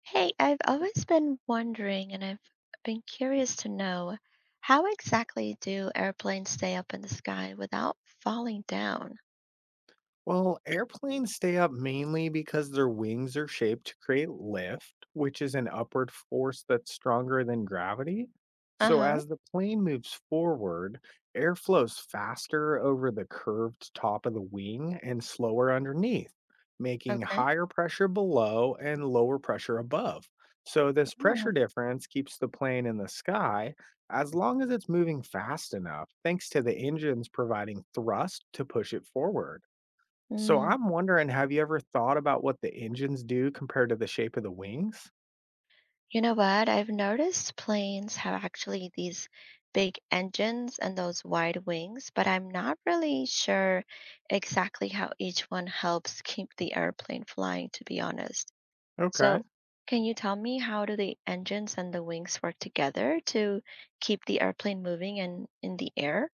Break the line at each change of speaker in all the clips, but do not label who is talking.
Hey, I've always been wondering, and I've been curious to know, how exactly do airplanes stay up in the sky without falling down?
Well, airplanes stay up mainly because their wings are shaped to create lift, which is an upward force that's stronger than gravity. So,
Uh-huh.
as the plane moves forward, air flows faster over the curved top of the wing and slower underneath, making
Okay.
higher pressure below and lower pressure above. So, this pressure
Oh.
difference keeps the plane in the sky as long as it's moving fast enough, thanks to the engines providing thrust to push it forward. So
Mm,
I'm wondering, have you ever thought about what the engines do compared to the shape of the wings?
you know what? I've noticed planes have actually these big engines and those wide wings, but I'm not really sure exactly how each one helps keep the airplane flying, to be honest. So,
Okay.
can you tell me how do the engines and the wings work together to keep the airplane moving and in the air?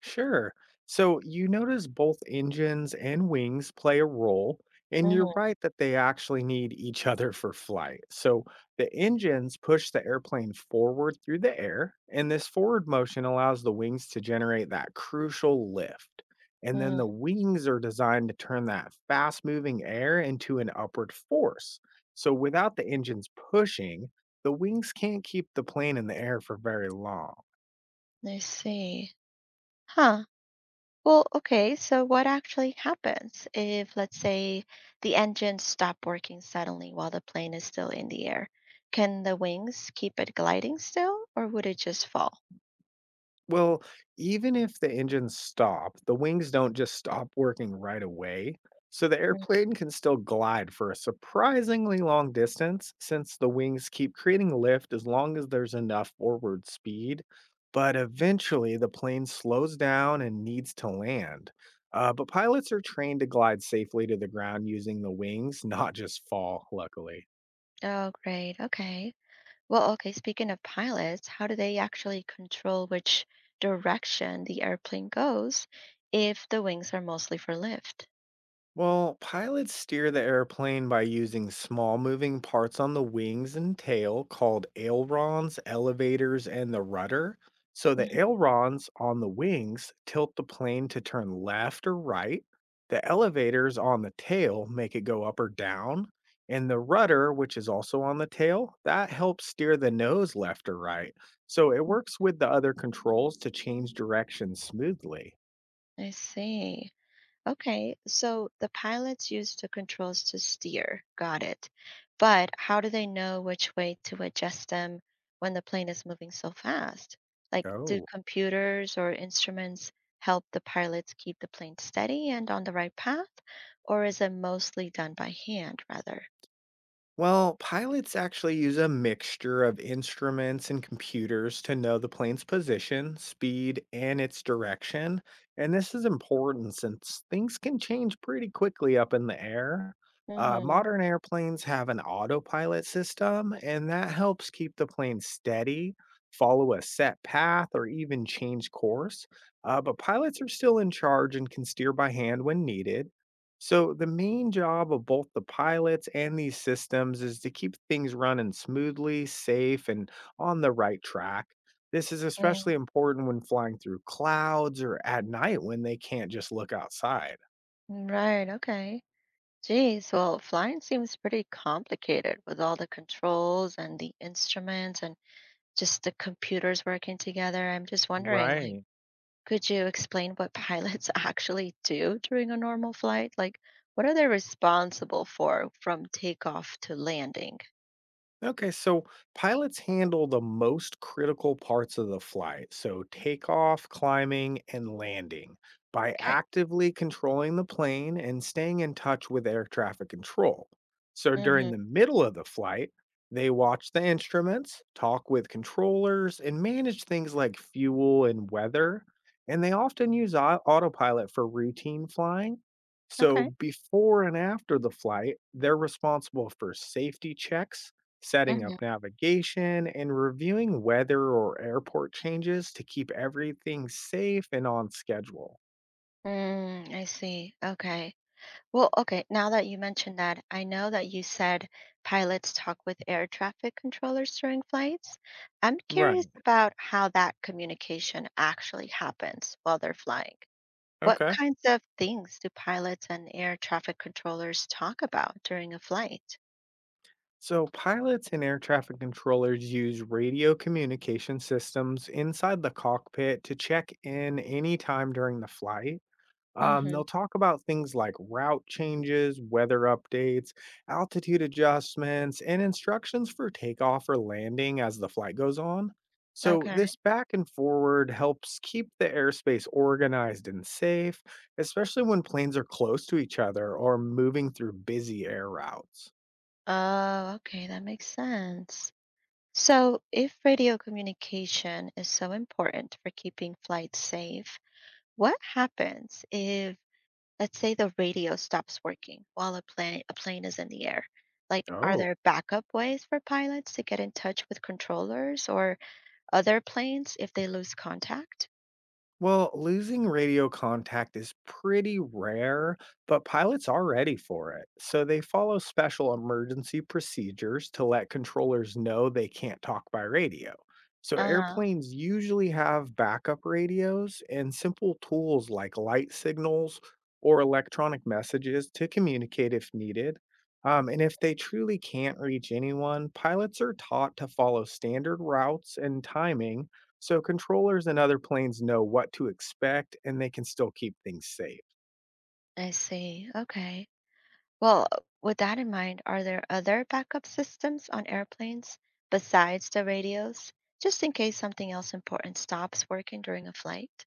Sure. So you notice both engines and wings play a role, and you're
Hmm.
right that they actually need each other for flight. So the engines push the airplane forward through the air, and this forward motion allows the wings to generate that crucial lift. And then
Mm,
the wings are designed to turn that fast moving air into an upward force. So without the engines pushing, the wings can't keep the plane in the air for very long.
I see. Huh. Well, okay. So, what actually happens if, let's say, the engines stop working suddenly while the plane is still in the air? Can the wings keep it gliding still, or would it just fall?
Well, even if the engines stop, the wings don't just stop working right away. So the
Mm.
airplane can still glide for a surprisingly long distance since the wings keep creating lift as long as there's enough forward speed. But eventually the plane slows down and needs to land. But pilots are trained to glide safely to the ground using the wings, not just fall, luckily.
Oh, great. Okay. Well, okay, speaking of pilots, how do they actually control which direction the airplane goes if the wings are mostly for lift?
Well, pilots steer the airplane by using small moving parts on the wings and tail called ailerons, elevators, and the rudder. So the
Mhm.
ailerons on the wings tilt the plane to turn left or right. The elevators on the tail make it go up or down. And the rudder, which is also on the tail, that helps steer the nose left or right. So it works with the other controls to change direction smoothly.
I see. Okay, so the pilots use the controls to steer. Got it. But how do they know which way to adjust them when the plane is moving so fast? Like, do
Oh.
computers or instruments help the pilots keep the plane steady and on the right path, or is it mostly done by hand rather?
Well, pilots actually use a mixture of instruments and computers to know the plane's position, speed, and its direction. And this is important since things can change pretty quickly up in the air.
Mm-hmm.
Modern airplanes have an autopilot system, and that helps keep the plane steady, follow a set path, or even change course. But pilots are still in charge and can steer by hand when needed. So, the main job of both the pilots and these systems is to keep things running smoothly, safe, and on the right track. This is especially important when flying through clouds or at night when they can't just look outside.
Mm, right, okay. Geez, well, flying seems pretty complicated with all the controls and the instruments and just the computers working together. I'm just wondering, like,
Right.
could you explain what pilots actually do during a normal flight? Like, what are they responsible for from takeoff to landing?
Okay, so pilots handle the most critical parts of the flight, so takeoff, climbing, and landing, by
Okay.
actively controlling the plane and staying in touch with air traffic control. So during
Mm-hmm.
the middle of the flight, they watch the instruments, talk with controllers, and manage things like fuel and weather. And they often use autopilot for routine flying, so
Okay.
before and after the flight, they're responsible for safety checks, setting
Mm-hmm.
up navigation, and reviewing weather or airport changes to keep everything safe and on schedule.
Mm, I see. Okay. Well, okay, now that you mentioned that, I know that you said pilots talk with air traffic controllers during flights. I'm curious
Right.
about how that communication actually happens while they're flying. What
Okay.
kinds of things do pilots and air traffic controllers talk about during a flight?
So, pilots and air traffic controllers use radio communication systems inside the cockpit to check in anytime during the flight.
Mm-hmm.
They'll talk about things like route changes, weather updates, altitude adjustments, and instructions for takeoff or landing as the flight goes on. So,
Okay.
this back and forward helps keep the airspace organized and safe, especially when planes are close to each other or moving through busy air routes.
Oh, okay, that makes sense. So, if radio communication is so important for keeping flights safe, what happens if, let's say, the radio stops working while a plane is in the air? Like, are
Oh.
there backup ways for pilots to get in touch with controllers or other planes if they lose contact?
Well, losing radio contact is pretty rare, but pilots are ready for it. So they follow special emergency procedures to let controllers know they can't talk by radio. So
Uh-huh.
airplanes usually have backup radios and simple tools like light signals or electronic messages to communicate if needed. And if they truly can't reach anyone, pilots are taught to follow standard routes and timing so controllers and other planes know what to expect and they can still keep things safe.
I see. Okay. Well, with that in mind, are there other backup systems on airplanes besides the radios just in case something else important stops working during a flight?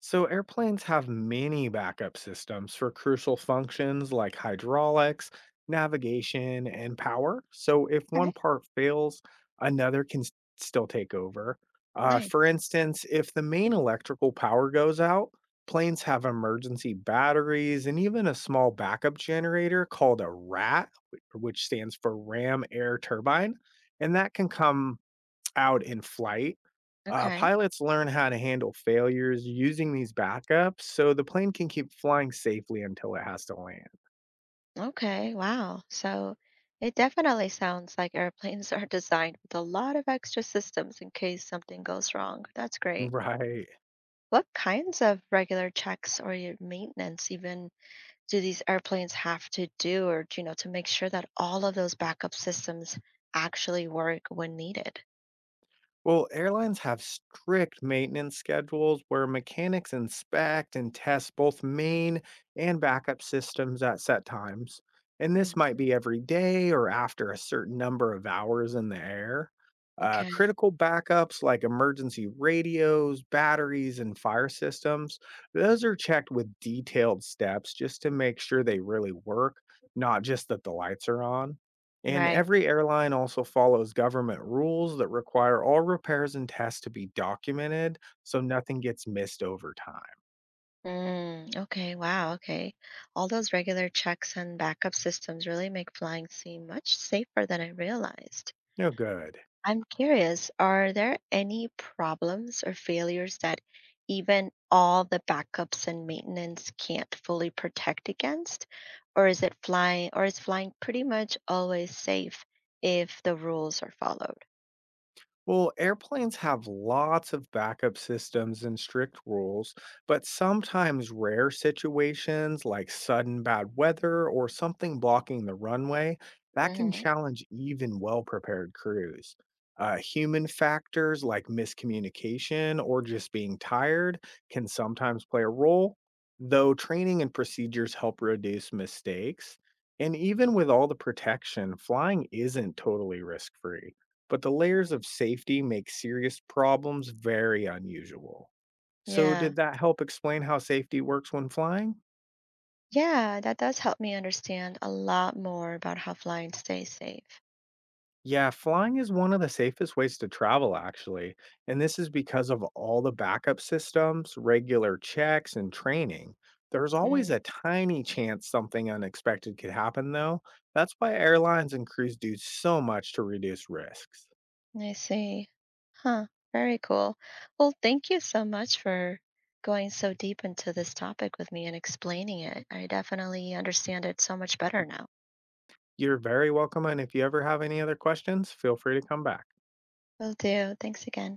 So, airplanes have many backup systems for crucial functions like hydraulics, navigation, and power. So, if
Okay.
one part fails, another still take over. For
Nice.
instance, if the main electrical power goes out, planes have emergency batteries and even a small backup generator called a RAT, which stands for Ram Air Turbine. And that can come out in flight.
Okay.
Pilots learn how to handle failures using these backups so the plane can keep flying safely until it has to land.
Okay, wow. So it definitely sounds like airplanes are designed with a lot of extra systems in case something goes wrong. That's great.
Right.
What kinds of regular checks or your maintenance even do these airplanes have to do or to make sure that all of those backup systems actually work when needed?
Well, airlines have strict maintenance schedules where mechanics inspect and test both main and backup systems at set times. And
Mm,
this might be every day or after a certain number of hours in the air. Uh,
okay.
critical backups like emergency radios, batteries, and fire systems, those are checked with detailed steps just to make sure they really work, not just that the lights are on. And
Right.
every airline also follows government rules that require all repairs and tests to be documented so nothing gets missed over time.
Mm, okay, wow, okay. All those regular checks and backup systems really make flying seem much safer than I realized.
No good.
I'm curious, are there any problems or failures that even all the backups and maintenance can't fully protect against? Or is it flying or is flying pretty much always safe if the rules are followed?
Well, airplanes have lots of backup systems and strict rules, but sometimes rare situations like sudden bad weather or something blocking the runway, that can
Hmm.
challenge even well-prepared crews. Human factors like miscommunication or just being tired can sometimes play a role, though training and procedures help reduce mistakes. And even with all the protection, flying isn't totally risk-free, but the layers of safety make serious problems very unusual. So,
Yeah.
did that help explain how safety works when flying?
Yeah, that does help me understand a lot more about how flying stays safe.
Yeah, flying is one of the safest ways to travel, actually. And this is because of all the backup systems, regular checks, and training. There's
Mm.
always a tiny chance something unexpected could happen, though. That's why airlines and crews do so much to reduce risks.
I see. Huh. Very cool. Well, thank you so much for going so deep into this topic with me and explaining it. I definitely understand it so much better now.
You're very welcome. And if you ever have any other questions, feel free to come back.
Will do. Thanks again.